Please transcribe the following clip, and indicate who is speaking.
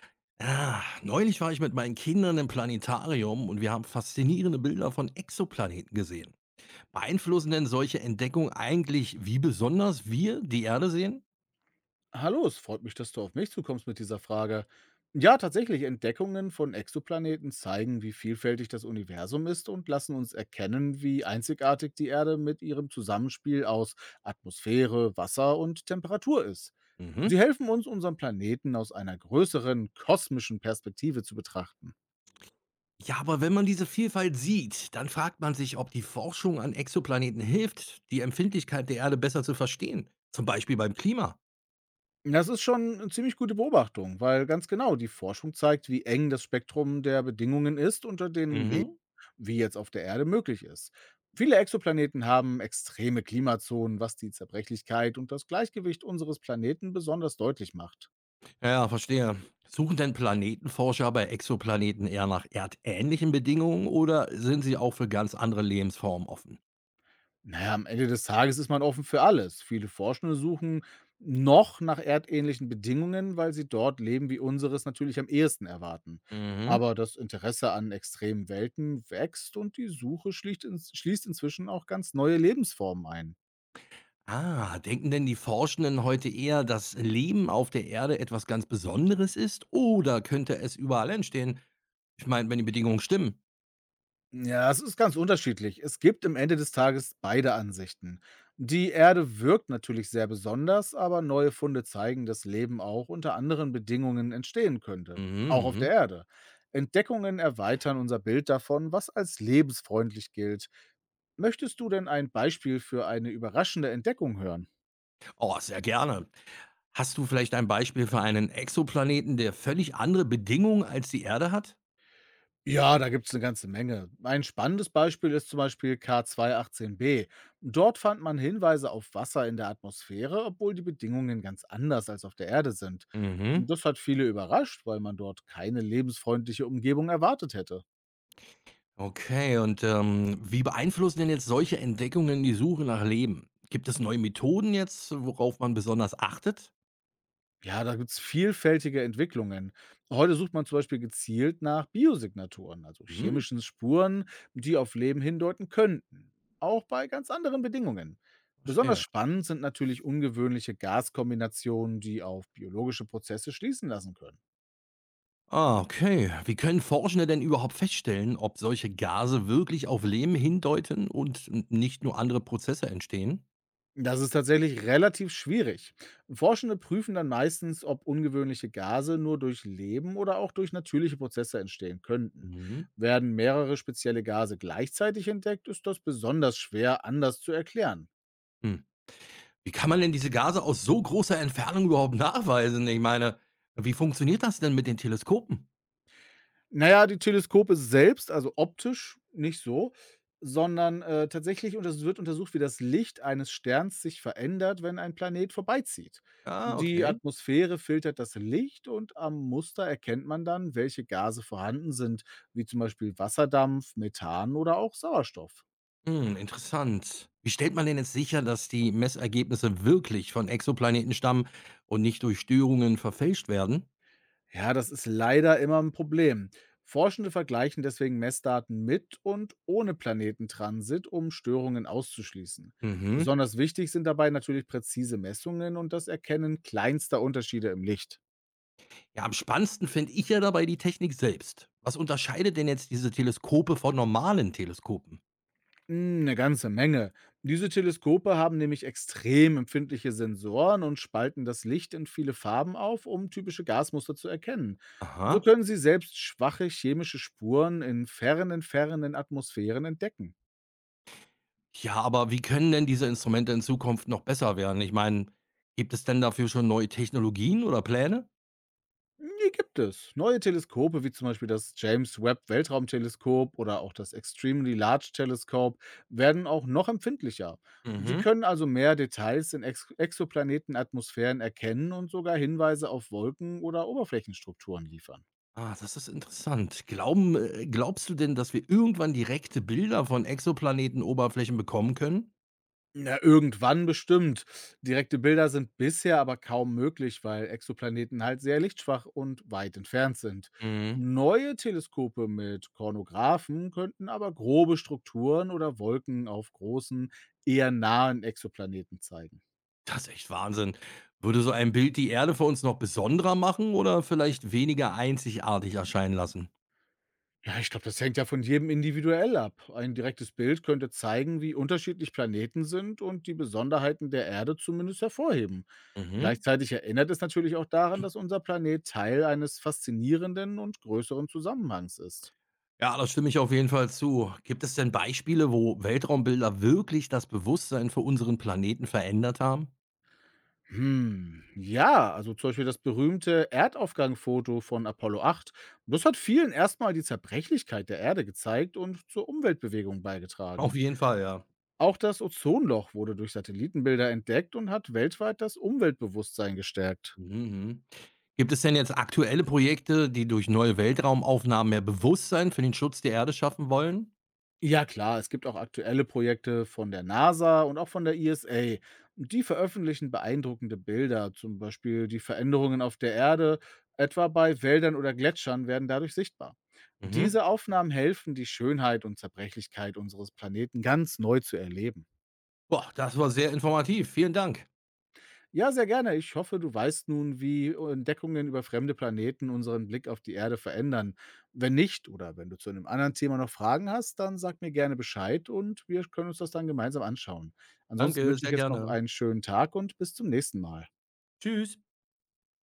Speaker 1: Ah, neulich war ich mit meinen Kindern im Planetarium und wir haben faszinierende Bilder von Exoplaneten gesehen. Beeinflussen denn solche Entdeckungen eigentlich, wie besonders wir die Erde sehen?
Speaker 2: Hallo, es freut mich, dass du auf mich zukommst mit dieser Frage. Ja, tatsächlich, Entdeckungen von Exoplaneten zeigen, wie vielfältig das Universum ist und lassen uns erkennen, wie einzigartig die Erde mit ihrem Zusammenspiel aus Atmosphäre, Wasser und Temperatur ist. Sie
Speaker 1: Mhm.
Speaker 2: helfen uns, unseren Planeten aus einer größeren kosmischen Perspektive zu betrachten.
Speaker 1: Ja, aber wenn man diese Vielfalt sieht, dann fragt man sich, ob die Forschung an Exoplaneten hilft, die Empfindlichkeit der Erde besser zu verstehen. Zum Beispiel beim Klima.
Speaker 2: Das ist schon eine ziemlich gute Beobachtung, weil ganz genau die Forschung zeigt, wie eng das Spektrum der Bedingungen ist, unter denen
Speaker 1: Mhm.
Speaker 2: wie jetzt auf der Erde möglich ist. Viele Exoplaneten haben extreme Klimazonen, was die Zerbrechlichkeit und das Gleichgewicht unseres Planeten besonders deutlich macht.
Speaker 1: Ja, verstehe. Suchen denn Planetenforscher bei Exoplaneten eher nach erdähnlichen Bedingungen oder sind sie auch für ganz andere Lebensformen offen?
Speaker 2: Naja, am Ende des Tages ist man offen für alles. Viele Forschende suchen noch nach erdähnlichen Bedingungen, weil sie dort Leben wie unseres natürlich am ehesten erwarten.
Speaker 1: Mhm.
Speaker 2: Aber das Interesse an extremen Welten wächst und die Suche schließt inzwischen auch ganz neue Lebensformen ein.
Speaker 1: Ah, denken denn die Forschenden heute eher, dass Leben auf der Erde etwas ganz Besonderes ist oder könnte es überall entstehen? Ich meine, wenn die Bedingungen stimmen.
Speaker 2: Ja, es ist ganz unterschiedlich. Es gibt am Ende des Tages beide Ansichten. Die Erde wirkt natürlich sehr besonders, aber neue Funde zeigen, dass Leben auch unter anderen Bedingungen entstehen könnte.
Speaker 1: Mhm,
Speaker 2: Auch auf der
Speaker 1: mhm.
Speaker 2: Erde. Entdeckungen erweitern unser Bild davon, was als lebensfreundlich gilt. Möchtest du denn ein Beispiel für eine überraschende Entdeckung hören?
Speaker 1: Oh, sehr gerne. Hast du vielleicht ein Beispiel für einen Exoplaneten, der völlig andere Bedingungen als die Erde hat?
Speaker 2: Ja, da gibt's 'ne ganze Menge. Ein spannendes Beispiel ist zum Beispiel K218b. Dort fand man Hinweise auf Wasser in der Atmosphäre, obwohl die Bedingungen ganz anders als auf der Erde sind.
Speaker 1: Mhm.
Speaker 2: Und das hat viele überrascht, weil man dort keine lebensfreundliche Umgebung erwartet hätte.
Speaker 1: Okay, und wie beeinflussen denn jetzt solche Entdeckungen die Suche nach Leben? Gibt es neue Methoden jetzt, worauf man besonders achtet?
Speaker 2: Ja, da gibt's vielfältige Entwicklungen. Heute sucht man zum Beispiel gezielt nach Biosignaturen, also
Speaker 1: Mhm,
Speaker 2: chemischen Spuren, die auf Leben hindeuten könnten. Auch bei ganz anderen Bedingungen. Besonders
Speaker 1: verstehe.
Speaker 2: spannend sind natürlich ungewöhnliche Gaskombinationen, die auf biologische Prozesse schließen lassen können.
Speaker 1: Ah, okay. Wie können Forschende denn überhaupt feststellen, ob solche Gase wirklich auf Leben hindeuten und nicht nur andere Prozesse entstehen?
Speaker 2: Das ist tatsächlich relativ schwierig. Forschende prüfen dann meistens, ob ungewöhnliche Gase nur durch Leben oder auch durch natürliche Prozesse entstehen könnten.
Speaker 1: Mhm.
Speaker 2: Werden mehrere spezielle Gase gleichzeitig entdeckt, ist das besonders schwer anders zu erklären.
Speaker 1: Hm. Wie kann man denn diese Gase aus so großer Entfernung überhaupt nachweisen? Ich meine, wie funktioniert das denn mit den Teleskopen?
Speaker 2: Na ja, die Teleskope selbst, also optisch nicht so, sondern, tatsächlich und es wird untersucht, wie das Licht eines Sterns sich verändert, wenn ein Planet vorbeizieht.
Speaker 1: Ah,
Speaker 2: Die
Speaker 1: okay.
Speaker 2: Atmosphäre filtert das Licht und am Muster erkennt man dann, welche Gase vorhanden sind, wie zum Beispiel Wasserdampf, Methan oder auch Sauerstoff.
Speaker 1: Hm, interessant. Wie stellt man denn jetzt sicher, dass die Messergebnisse wirklich von Exoplaneten stammen und nicht durch Störungen verfälscht werden?
Speaker 2: Ja, das ist leider immer ein Problem. Forschende vergleichen deswegen Messdaten mit und ohne Planetentransit, um Störungen auszuschließen.
Speaker 1: Mhm.
Speaker 2: Besonders wichtig sind dabei natürlich präzise Messungen und das Erkennen kleinster Unterschiede im Licht.
Speaker 1: Ja, am spannendsten finde ich ja dabei die Technik selbst. Was unterscheidet denn jetzt diese Teleskope von normalen Teleskopen?
Speaker 2: Hm, 'ne ganze Menge. Diese Teleskope haben nämlich extrem empfindliche Sensoren und spalten das Licht in viele Farben auf, um typische Gasmuster zu erkennen. So
Speaker 1: Aha.
Speaker 2: können sie selbst schwache chemische Spuren in fernen, fernen Atmosphären entdecken.
Speaker 1: Ja, aber wie können denn diese Instrumente in Zukunft noch besser werden? Ich meine, gibt es denn dafür schon neue Technologien oder Pläne?
Speaker 2: Die gibt es. Neue Teleskope wie zum Beispiel das James Webb Weltraumteleskop oder auch das Extremely Large Telescope werden auch noch empfindlicher. Sie
Speaker 1: Mhm.
Speaker 2: können also mehr Details in Ex Exoplanetenatmosphären erkennen und sogar Hinweise auf Wolken oder Oberflächenstrukturen liefern.
Speaker 1: Ah, das ist interessant. Glaubst du denn, dass wir irgendwann direkte Bilder von Exoplanetenoberflächen bekommen können?
Speaker 2: Na, irgendwann bestimmt. Direkte Bilder sind bisher aber kaum möglich, weil Exoplaneten halt sehr lichtschwach und weit entfernt sind.
Speaker 1: Mhm.
Speaker 2: Neue Teleskope mit Kornographen könnten aber grobe Strukturen oder Wolken auf großen, eher nahen Exoplaneten zeigen.
Speaker 1: Das ist echt Wahnsinn. Würde so ein Bild die Erde für uns noch besonderer machen oder vielleicht weniger einzigartig erscheinen lassen?
Speaker 2: Ja, ich glaube, das hängt ja von jedem individuell ab. Ein direktes Bild könnte zeigen, wie unterschiedlich Planeten sind und die Besonderheiten der Erde zumindest hervorheben.
Speaker 1: Mhm.
Speaker 2: Gleichzeitig erinnert es natürlich auch daran, dass unser Planet Teil eines faszinierenden und größeren Zusammenhangs ist.
Speaker 1: Ja, da stimme ich auf jeden Fall zu. Gibt es denn Beispiele, wo Weltraumbilder wirklich das Bewusstsein für unseren Planeten verändert haben?
Speaker 2: Hm, ja, also zum Beispiel das berühmte Erdaufgangfoto von Apollo 8. Das hat vielen erstmal die Zerbrechlichkeit der Erde gezeigt und zur Umweltbewegung
Speaker 1: Auf
Speaker 2: beigetragen.
Speaker 1: jeden Fall, ja.
Speaker 2: Auch das Ozonloch wurde durch Satellitenbilder entdeckt und hat weltweit das Umweltbewusstsein gestärkt.
Speaker 1: Mhm. Gibt es denn jetzt aktuelle Projekte, die durch neue Weltraumaufnahmen mehr Bewusstsein für den Schutz der Erde schaffen wollen?
Speaker 2: Ja klar, es gibt auch aktuelle Projekte von der NASA und auch von der ESA. Die veröffentlichen beeindruckende Bilder, zum Beispiel die Veränderungen auf der Erde, etwa bei Wäldern oder Gletschern, werden dadurch sichtbar.
Speaker 1: Mhm.
Speaker 2: Diese Aufnahmen helfen, die Schönheit und Zerbrechlichkeit unseres Planeten ganz neu zu erleben.
Speaker 1: Boah, das war sehr informativ. Vielen Dank.
Speaker 2: Ja, sehr gerne. Ich hoffe, du weißt nun, wie Entdeckungen über fremde Planeten unseren Blick auf die Erde verändern. Wenn nicht oder wenn du zu einem anderen Thema noch Fragen hast, dann sag mir gerne Bescheid und wir können uns das dann gemeinsam anschauen. Ansonsten
Speaker 1: Danke,
Speaker 2: wünsche ich
Speaker 1: sehr
Speaker 2: jetzt noch
Speaker 1: gerne.
Speaker 2: einen schönen Tag und bis zum nächsten Mal.
Speaker 1: Tschüss.